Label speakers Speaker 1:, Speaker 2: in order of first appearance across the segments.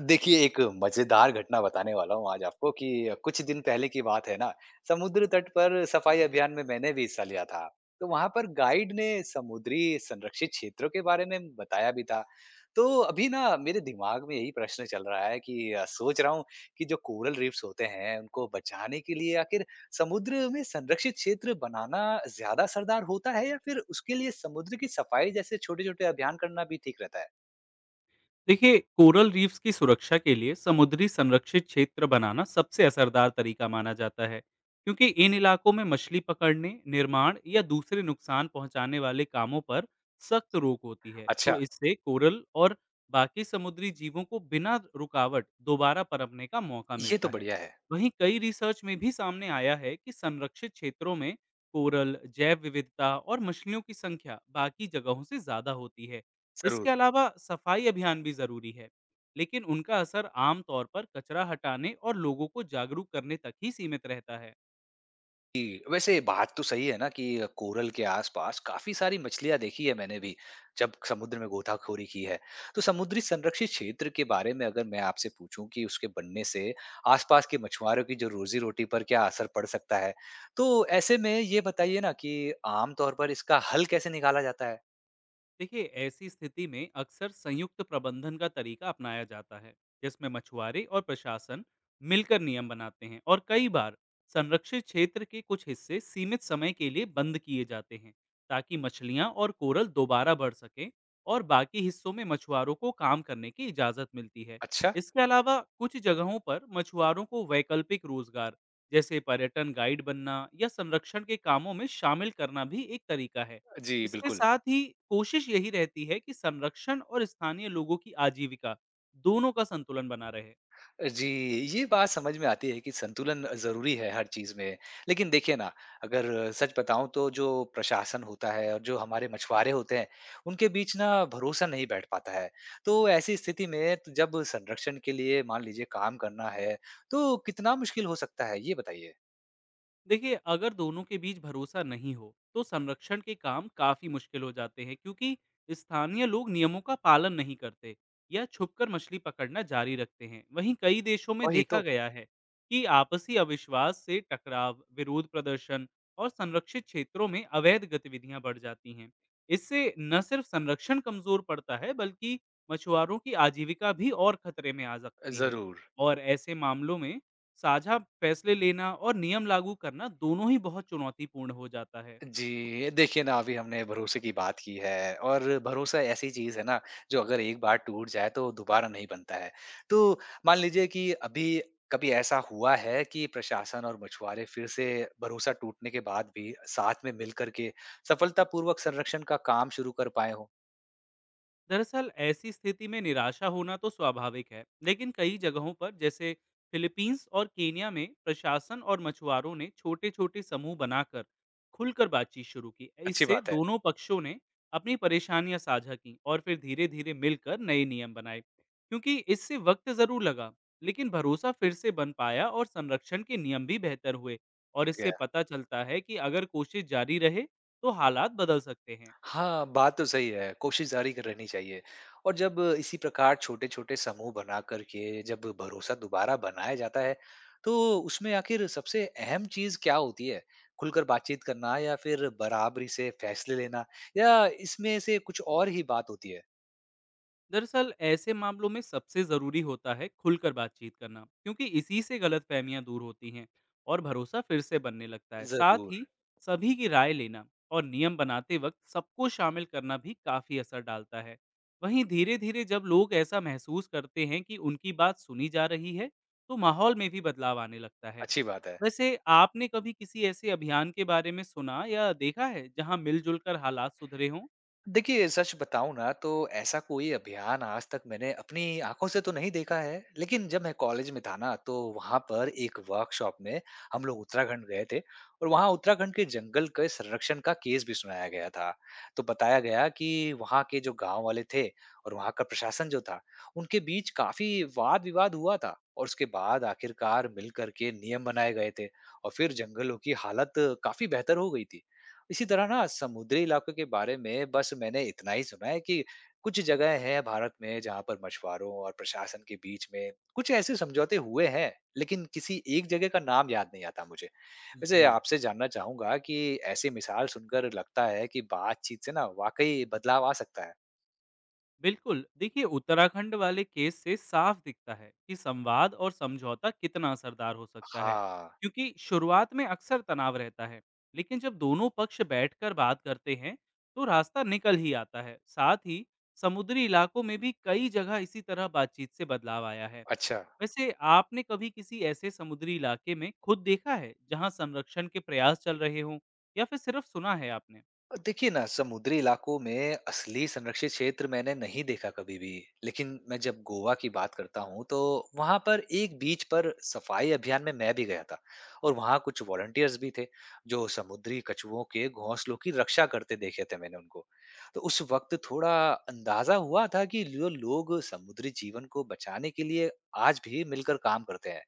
Speaker 1: देखिए, एक मज़ेदार घटना बताने वाला हूँ आज आपको कि कुछ दिन पहले की बात है ना, समुद्र तट पर सफाई अभियान में मैंने भी हिस्सा लिया था। तो वहाँ पर गाइड ने समुद्री संरक्षित क्षेत्रों के बारे में बताया भी था। तो अभी ना मेरे दिमाग में यही प्रश्न चल रहा है कि सोच रहा हूँ कि जो कोरल रीफ्स होते हैं, उनको बचाने के लिए आखिर समुद्र में संरक्षित क्षेत्र बनाना ज़्यादा असरदार होता है या फिर उसके लिए समुद्र की सफाई जैसे छोटे-छोटे अभियान करना भी ठीक रहता है?
Speaker 2: देखिए, कोरल रीफ्स की सुरक्षा के लिए समुद्री संरक्षित क्षेत्र बनाना सबसे असरदार तरीका माना जाता है, क्योंकि इन इलाकों में मछली पकड़ने, निर्माण या दूसरे नुकसान पहुंचाने वाले कामों पर सख्त रोक होती है। तो
Speaker 1: अच्छा,
Speaker 2: इससे कोरल और बाकी समुद्री जीवों को बिना रुकावट दोबारा पनपने का मौका
Speaker 1: ये
Speaker 2: मिलता
Speaker 1: तो
Speaker 2: है।
Speaker 1: बढ़िया है।
Speaker 2: वहीं कई रिसर्च में भी सामने आया है कि संरक्षित क्षेत्रों में कोरल जैव विविधता और मछलियों की संख्या बाकी जगहों से ज्यादा होती है। इसके
Speaker 1: ज़रूर।
Speaker 2: अलावा सफाई अभियान भी जरूरी है, लेकिन उनका असर आमतौर पर कचरा हटाने और लोगों को जागरूक करने तक ही सीमित रहता है।
Speaker 1: जी, वैसे बात तो सही है ना कि कोरल के आसपास काफी सारी मछलियां देखी है मैंने भी जब समुद्र में गोताखोरी की है। तो समुद्री संरक्षित क्षेत्र के बारे में अगर मैं आपसे पूछूं कि उसके बनने से आसपास के मछुआरों की जो रोजी रोटी पर क्या असर पड़ सकता है, तो ऐसे में ये बताइए ना कि आमतौर पर इसका हल कैसे निकाला जाता है।
Speaker 2: देखिए, ऐसी स्थिति में अक्सर संयुक्त प्रबंधन का तरीका अपनाया जाता है, जिसमें मछुआरे और प्रशासन मिलकर नियम बनाते हैं और कई बार संरक्षित क्षेत्र के कुछ हिस्से सीमित समय के लिए बंद किए जाते हैं, ताकि मछलियां और कोरल दोबारा बढ़ सकें और बाकी हिस्सों में मछुआरों को काम करने की इजाज़त मिलती है।
Speaker 1: अच्छा।
Speaker 2: इसके अलावा कुछ जगहों पर मछुआरों को वैकल्पिक रोजगार, जैसे पर्यटन गाइड बनना या संरक्षण के कामों में शामिल करना भी एक तरीका है।
Speaker 1: जी
Speaker 2: इसके
Speaker 1: बिल्कुल।
Speaker 2: साथ ही कोशिश यही रहती है कि संरक्षण और स्थानीय लोगों की आजीविका, दोनों का संतुलन बना रहे।
Speaker 1: जी, ये बात समझ में आती है कि संतुलन ज़रूरी है हर चीज़ में। लेकिन देखिए ना, अगर सच बताऊँ तो जो प्रशासन होता है और जो हमारे मछुआरे होते हैं, उनके बीच ना भरोसा नहीं बैठ पाता है। तो ऐसी स्थिति में त जब संरक्षण के लिए मान लीजिए काम करना है, तो कितना मुश्किल हो सकता है? ये बताइए।
Speaker 2: देखिए, अगर दोनों के बीच भरोसा नहीं हो तो संरक्षण के काम काफी मुश्किल हो जाते हैं, क्योंकि स्थानीय लोग नियमों का पालन नहीं करते या छुपकर मछली पकड़ना जारी रखते हैं। वहीं कई देशों में
Speaker 1: वही
Speaker 2: देखा
Speaker 1: तो।
Speaker 2: गया है कि आपसी अविश्वास से टकराव, विरोध प्रदर्शन और संरक्षित क्षेत्रों में अवैध गतिविधियां बढ़ जाती हैं। इससे न सिर्फ संरक्षण कमजोर पड़ता है, बल्कि मछुआरों की आजीविका भी और खतरे में आ सकती है।
Speaker 1: ज़रूर।
Speaker 2: और ऐसे मामलों में साझा फैसले लेना और नियम लागू करना, दोनों ही बहुत चुनौतीपूर्ण हो जाता है।
Speaker 1: जी, देखिए ना अभी हमने भरोसे की बात की है और भरोसा ऐसी चीज़ है ना जो अगर एक बार टूट जाए तो दोबारा नहीं बनता है। तो मान लीजिए कि अभी कभी ऐसा हुआ है कि प्रशासन और मछुआरे फिर से भरोसा टूटने के बाद भी साथ में मिलकर के सफलतापूर्वक संरक्षण का काम शुरू कर पाए हों?
Speaker 2: दरअसल ऐसी स्थिति में निराशा होना तो स्वाभाविक है, लेकिन कई जगहों पर, जैसे फिलीपींस और केनिया में, प्रशासन और मछुआरों ने छोटे छोटे समूह बनाकर खुलकर बातचीत शुरू की।
Speaker 1: अच्छी
Speaker 2: इससे
Speaker 1: बात
Speaker 2: दोनों पक्षों ने अपनी परेशानियां साझा की और फिर धीरे धीरे मिलकर नए नियम बनाए। क्योंकि इससे वक्त जरूर लगा, लेकिन भरोसा फिर से बन पाया और संरक्षण के नियम भी बेहतर हुए। और इससे
Speaker 1: है।
Speaker 2: पता चलता है कि अगर कोशिश जारी रहे तो हालात बदल सकते हैं।
Speaker 1: हाँ, बात तो सही है, कोशिश जारी कर रहनी चाहिए। और जब इसी प्रकार छोटे-छोटे समूह बना कर के जब भरोसा दोबारा बनाया जाता है, तो उसमें आखिर सबसे अहम चीज़ क्या होती है? खुलकर बातचीत करना या फिर बराबरी से फैसले लेना या इसमें से कुछ और ही बात होती है?
Speaker 2: दरअसल ऐसे मामलों में सबसे ज़रूरी होता है खुलकर बातचीत करना, क्योंकि इसी से गलत दूर होती हैं और भरोसा फिर से बनने लगता है। साथ
Speaker 1: ज़रूर,
Speaker 2: ही सभी की राय लेना और नियम बनाते वक्त सबको शामिल करना भी काफ़ी असर डालता है। वहीं धीरे धीरे जब लोग ऐसा महसूस करते हैं कि उनकी बात सुनी जा रही है, तो माहौल में भी बदलाव आने लगता है।
Speaker 1: अच्छी बात है।
Speaker 2: वैसे आपने कभी किसी ऐसे अभियान के बारे में सुना या देखा है जहां मिलजुल कर हालात सुधरे हों?
Speaker 1: देखिए, सच बताऊँ ना तो ऐसा कोई अभियान आज तक मैंने अपनी आँखों से तो नहीं देखा है। लेकिन जब मैं कॉलेज में था ना तो वहाँ पर एक वर्कशॉप में हम लोग उत्तराखंड गए थे और वहाँ उत्तराखंड के जंगल के संरक्षण का केस भी सुनाया गया था। तो बताया गया कि वहाँ के जो गाँव वाले थे और वहाँ का प्रशासन जो था, उनके बीच काफ़ी वाद-विवाद हुआ था और उसके बाद आखिरकार मिल कर के नियम बनाए गए थे और फिर जंगलों की हालत काफ़ी बेहतर हो गई थी। इसी तरह ना समुद्री इलाकों के बारे में बस मैंने इतना ही सुना है कि कुछ जगह हैं भारत में जहां पर मछुआरों और प्रशासन के बीच में कुछ ऐसे समझौते हुए हैं लेकिन किसी एक जगह का नाम याद नहीं आता मुझे। वैसे
Speaker 2: जी
Speaker 1: आपसे जानना चाहूंगा कि ऐसी मिसाल सुनकर लगता है कि बातचीत से ना वाकई बदलाव आ सकता है।
Speaker 2: बिल्कुल, देखिए उत्तराखंड वाले केस से साफ दिखता है कि संवाद और समझौता कितना असरदार हो सकता है।
Speaker 1: हाँ।
Speaker 2: क्योंकि शुरुआत में अक्सर तनाव रहता है, लेकिन जब दोनों पक्ष बैठकर बात करते हैं तो रास्ता निकल ही आता है। साथ ही समुद्री इलाकों में भी कई जगह इसी तरह बातचीत से बदलाव आया है।
Speaker 1: अच्छा।
Speaker 2: वैसे आपने कभी किसी ऐसे समुद्री इलाके में खुद देखा है जहां संरक्षण के प्रयास चल रहे हों, या फिर सिर्फ सुना है आपने?
Speaker 1: देखिए ना, समुद्री इलाकों में असली संरक्षित क्षेत्र मैंने नहीं देखा कभी भी। लेकिन मैं जब गोवा की बात करता हूँ, तो वहाँ पर एक बीच पर सफाई अभियान में मैं भी गया था और वहाँ कुछ वॉलंटियर्स भी थे, जो समुद्री कछुओं के घोंसलों की रक्षा करते देखे थे मैंने उनको। तो उस वक़्त थोड़ा अंदाज़ा हुआ था कि जो लोग समुद्री जीवन को बचाने के लिए आज भी मिलकर काम करते हैं।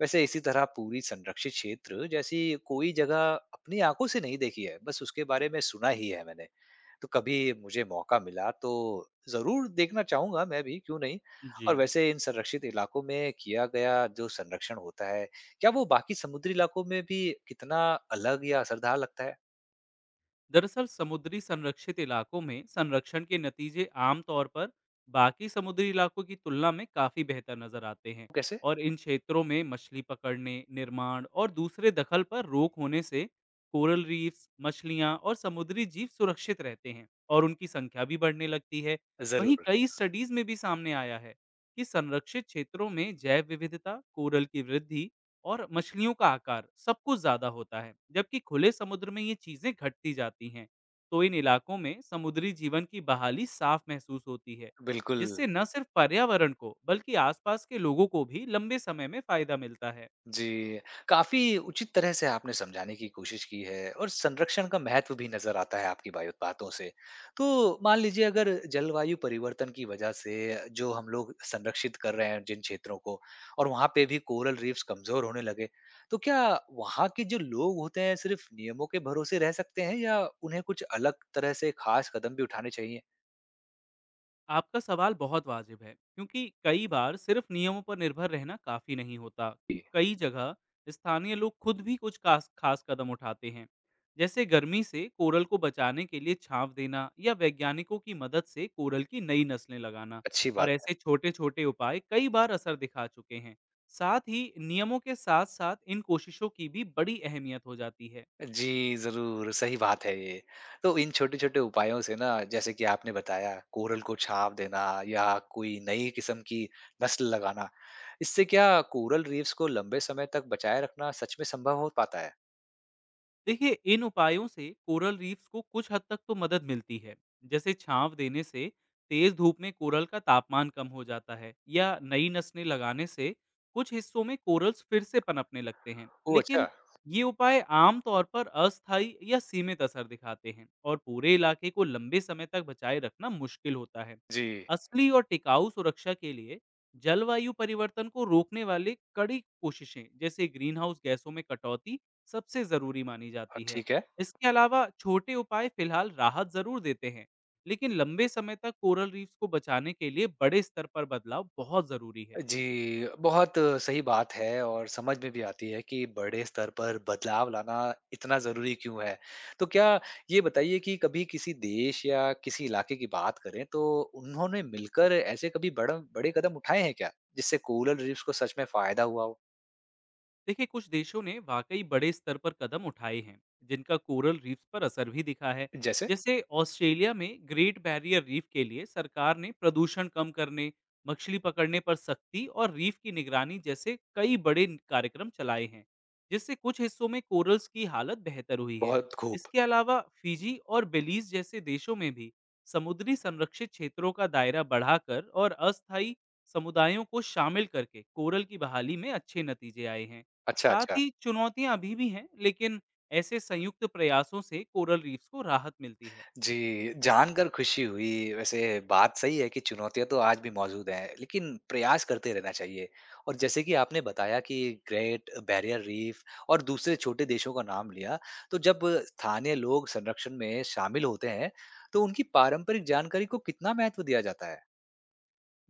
Speaker 1: वैसे इसी तरह पूरी संरक्षित क्षेत्र जैसी कोई जगह अपनी आंखों से नहीं देखी है, बस उसके बारे में सुना ही है मैंने। तो कभी मुझे मौका मिला तो जरूर देखना चाहूंगा मैं भी, क्यों नहीं।
Speaker 2: जी,
Speaker 1: और वैसे इन संरक्षित इलाकों में किया गया जो संरक्षण होता है, क्या वो बाकी समुद्री इलाकों में भी कितना अलग या असरदार लगता है?
Speaker 2: दरअसल समुद्री संरक्षित इलाकों में संरक्षण के नतीजे आमतौर पर बाकी समुद्री इलाकों की तुलना में काफ़ी बेहतर नज़र आते हैं।
Speaker 1: कैसे?
Speaker 2: और इन क्षेत्रों में मछली पकड़ने, निर्माण और दूसरे दखल पर रोक होने से कोरल रीफ्स, मछलियाँ और समुद्री जीव सुरक्षित रहते हैं और उनकी संख्या भी बढ़ने लगती है। वहीं
Speaker 1: जरूर।
Speaker 2: कई स्टडीज में भी सामने आया है कि संरक्षित क्षेत्रों में जैव विविधता, कोरल की वृद्धि और मछलियों का आकार सब कुछ ज्यादा होता है, जबकि खुले समुद्र में ये चीजें घटती जाती हैं। तो इन इलाकों में समुद्री जीवन की बहाली साफ महसूस होती है,
Speaker 1: बिल्कुल।
Speaker 2: जिससे न सिर्फ पर्यावरण को, बल्कि आसपास के लोगों को भी लंबे समय में फायदा मिलता है।
Speaker 1: जी, काफ़ी उचित तरह से आपने समझाने की कोशिश की है और संरक्षण का महत्व भी नज़र आता है आपकी बायो बातों से। तो मान लीजिए अगर जलवायु परिवर्तन की वजह से जो हम लोग संरक्षित कर रहे हैं जिन क्षेत्रों को, और वहाँ पे भी कोरल रीफ्स कमज़ोर होने लगे, तो क्या वहाँ के जो लोग होते हैं सिर्फ नियमों के भरोसे रह सकते हैं या उन्हें कुछ अलग तरह से ख़ास कदम भी उठाने चाहिए?
Speaker 2: आपका सवाल बहुत वाजिब है, क्योंकि कई बार सिर्फ नियमों पर निर्भर रहना काफी नहीं होता।
Speaker 1: जी,
Speaker 2: कई जगह स्थानीय लोग खुद भी कुछ खास खास कदम उठाते हैं, जैसे गर्मी से कोरल को बचाने के लिए छांव देना या वैज्ञानिकों की मदद से कोरल की नई नस्लें लगाना।
Speaker 1: अच्छी
Speaker 2: और
Speaker 1: बात
Speaker 2: ऐसे
Speaker 1: है।
Speaker 2: छोटे छोटे उपाय कई बार असर दिखा चुके हैं। साथ ही नियमों के साथ साथ इन कोशिशों की भी बड़ी अहमियत हो जाती है।
Speaker 1: जी, ज़रूर, सही बात है ये। तो इन छोटे-छोटे उपायों से ना, जैसे कि आपने बताया कोरल को छाप देना या कोई नई किस्म की नस्ल लगाना, इससे क्या कोरल रीफ्स को लंबे समय तक बचाए रखना सच में संभव हो पाता है?
Speaker 2: देखिए, इन उपायों से कोरल रीफ्स को कुछ हद तक तो मदद मिलती है, जैसे छांव देने से तेज धूप में कोरल का तापमान कम हो जाता है या नई नस्लें लगाने से कुछ हिस्सों में कोरल्स फिर से पनपने लगते हैं।
Speaker 1: ओह
Speaker 2: लेकिन
Speaker 1: अच्छा!
Speaker 2: ये उपाय आमतौर पर अस्थायी या सीमित असर दिखाते हैं और पूरे इलाके को लंबे समय तक बचाए रखना मुश्किल होता है।
Speaker 1: जी,
Speaker 2: असली और टिकाऊ सुरक्षा के लिए जलवायु परिवर्तन को रोकने वाले कड़ी कोशिशें, जैसे ग्रीन हाउस गैसों में कटौती, सबसे ज़रूरी मानी जाती है।
Speaker 1: ठीक है।
Speaker 2: इसके अलावा छोटे उपाय फिलहाल राहत ज़रूर देते हैं, लेकिन लंबे समय तक कोरल रीफ्स को बचाने के लिए बड़े स्तर पर बदलाव बहुत ज़रूरी है।
Speaker 1: जी, बहुत सही बात है और समझ में भी आती है कि बड़े स्तर पर बदलाव लाना इतना ज़रूरी क्यों है। तो क्या ये बताइए कि कभी किसी देश या किसी इलाके की बात करें तो उन्होंने मिलकर ऐसे कभी बड़ा बड़े कदम उठाए हैं क्या? जिससे कोरल रीफ्स को सच में फ़ायदा हुआ हो?
Speaker 2: देखिए, कुछ देशों ने वाकई बड़े स्तर पर कदम उठाए हैं, जिनका कोरल रीफ्स पर असर भी दिखा है।
Speaker 1: जैसे?
Speaker 2: जैसे ऑस्ट्रेलिया में ग्रेट बैरियर रीफ के लिए सरकार ने प्रदूषण कम करने, मछली पकड़ने पर सख्ती और रीफ की निगरानी जैसे कई बड़े कार्यक्रम चलाए हैं, जिससे कुछ हिस्सों में कोरल्स की हालत बेहतर हुई है।
Speaker 1: बहुत खूब।
Speaker 2: इसके अलावा फिजी और बेलीज जैसे देशों में भी समुद्री संरक्षित क्षेत्रों का दायरा बढ़ाकर और अस्थायी समुदायों को शामिल करके कोरल की बहाली में अच्छे नतीजे आए हैं।
Speaker 1: अच्छा,
Speaker 2: साथ
Speaker 1: अच्छा।
Speaker 2: ही चुनौतियां अभी भी हैं, लेकिन ऐसे संयुक्त प्रयासों से कोरल रीफ्स को राहत मिलती है।
Speaker 1: जी, जानकर खुशी हुई। वैसे बात सही है कि चुनौतियाँ तो आज भी मौजूद हैं, लेकिन प्रयास करते रहना चाहिए। और जैसे कि आपने बताया कि ग्रेट बैरियर रीफ और दूसरे छोटे देशों का नाम लिया, तो जब स्थानीय लोग संरक्षण में शामिल होते हैं, तो उनकी पारंपरिक जानकारी को कितना महत्व दिया जाता है?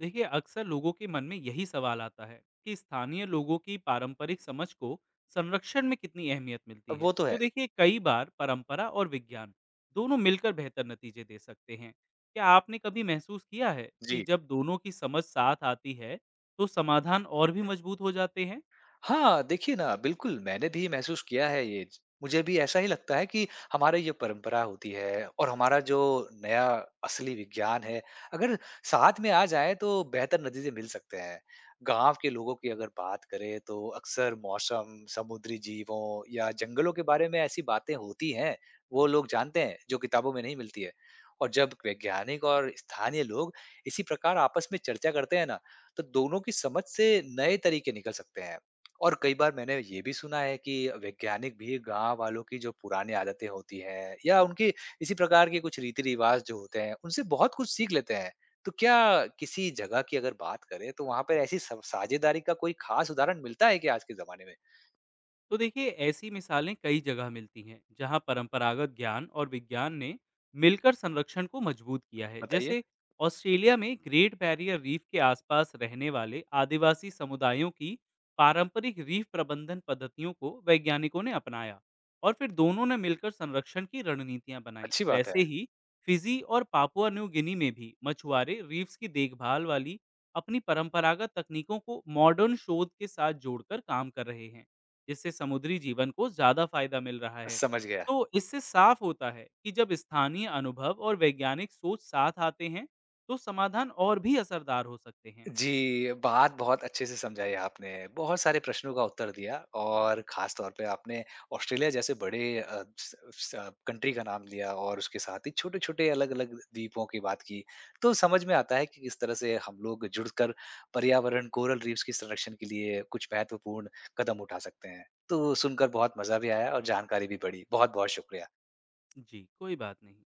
Speaker 2: देखिए, अक्सर लोगों के मन में यही सवाल आता है कि स्थानीय लोगों की पारंपरिक समझ को संरक्षण में कितनी अहमियत मिलती है।
Speaker 1: वो तो
Speaker 2: तो
Speaker 1: है।
Speaker 2: देखिए, कई बार परंपरा और विज्ञान दोनों मिलकर बेहतर नतीजे दे सकते हैं। क्या आपने कभी महसूस किया है कि
Speaker 1: जी।
Speaker 2: जब दोनों की समझ साथ आती है तो समाधान और भी मजबूत हो जाते हैं?
Speaker 1: हाँ, देखिए ना, बिल्कुल मैंने भी महसूस किया है ये। मुझे भी ऐसा ही लगता है कि हमारी ये परंपरा होती है और हमारा जो नया असली विज्ञान है, अगर साथ में आ जाए तो बेहतर नतीजे मिल सकते हैं। गाँव के लोगों की अगर बात करें तो अक्सर मौसम, समुद्री जीवों या जंगलों के बारे में ऐसी बातें होती हैं, वो लोग जानते हैं जो किताबों में नहीं मिलती है। और जब वैज्ञानिक और स्थानीय लोग इसी प्रकार आपस में चर्चा करते हैं ना, तो दोनों की समझ से नए तरीके निकल सकते हैं। और कई बार मैंने ये भी सुना है कि वैज्ञानिक भी गांव वालों की जो पुरानी आदतें होती हैं या उनकी इसी प्रकार के कुछ रीति रिवाज जो होते हैं उनसे बहुत कुछ सीख लेते हैं। तो क्या किसी जगह की अगर बात करें तो वहां पर ऐसी साझेदारी का कोई खास उदाहरण मिलता है कि आज के जमाने में?
Speaker 2: तो देखिए, ऐसी मिसालें कई जगह मिलती हैं जहां परंपरागत ज्ञान और विज्ञान ने मिलकर संरक्षण को मजबूत किया है।
Speaker 1: बताइए।
Speaker 2: जैसे ऑस्ट्रेलिया में ग्रेट बैरियर रीफ के आसपास रहने वाले आदिवासी समुदायों की पारंपरिक रीफ प्रबंधन पद्धतियों को वैज्ञानिकों ने अपनाया और फिर दोनों ने मिलकर संरक्षण की रणनीतियां बनाई।
Speaker 1: अच्छी बात है।
Speaker 2: वैसे ही फिजी और पापुआ न्यू गिनी में भी मछुआरे रीफ्स की देखभाल वाली अपनी परंपरागत तकनीकों को मॉडर्न शोध के साथ जोड़कर काम कर रहे हैं, जिससे समुद्री जीवन को ज़्यादा फायदा मिल रहा है।
Speaker 1: समझ गया।
Speaker 2: तो इससे साफ होता है कि जब स्थानीय अनुभव और वैज्ञानिक सोच साथ आते हैं, तो समाधान और भी असरदार हो सकते हैं।
Speaker 1: जी, बात बहुत अच्छे से समझाई आपने। बहुत सारे प्रश्नों का उत्तर दिया और ख़ास तौर पे आपने ऑस्ट्रेलिया जैसे बड़े स स कंट्री का नाम लिया और उसके साथ ही छोटे-छोटे अलग-अलग द्वीपों की बात की। तो समझ में आता है कि किस तरह से हम लोग जुड़कर पर्यावरण, कोरल रीफ्स के संरक्षण के लिए कुछ महत्वपूर्ण कदम उठा सकते हैं। तो सुनकर बहुत मज़ा भी आया और जानकारी भी बढ़ी। बहुत-बहुत शुक्रिया।
Speaker 2: जी, कोई बात नहीं।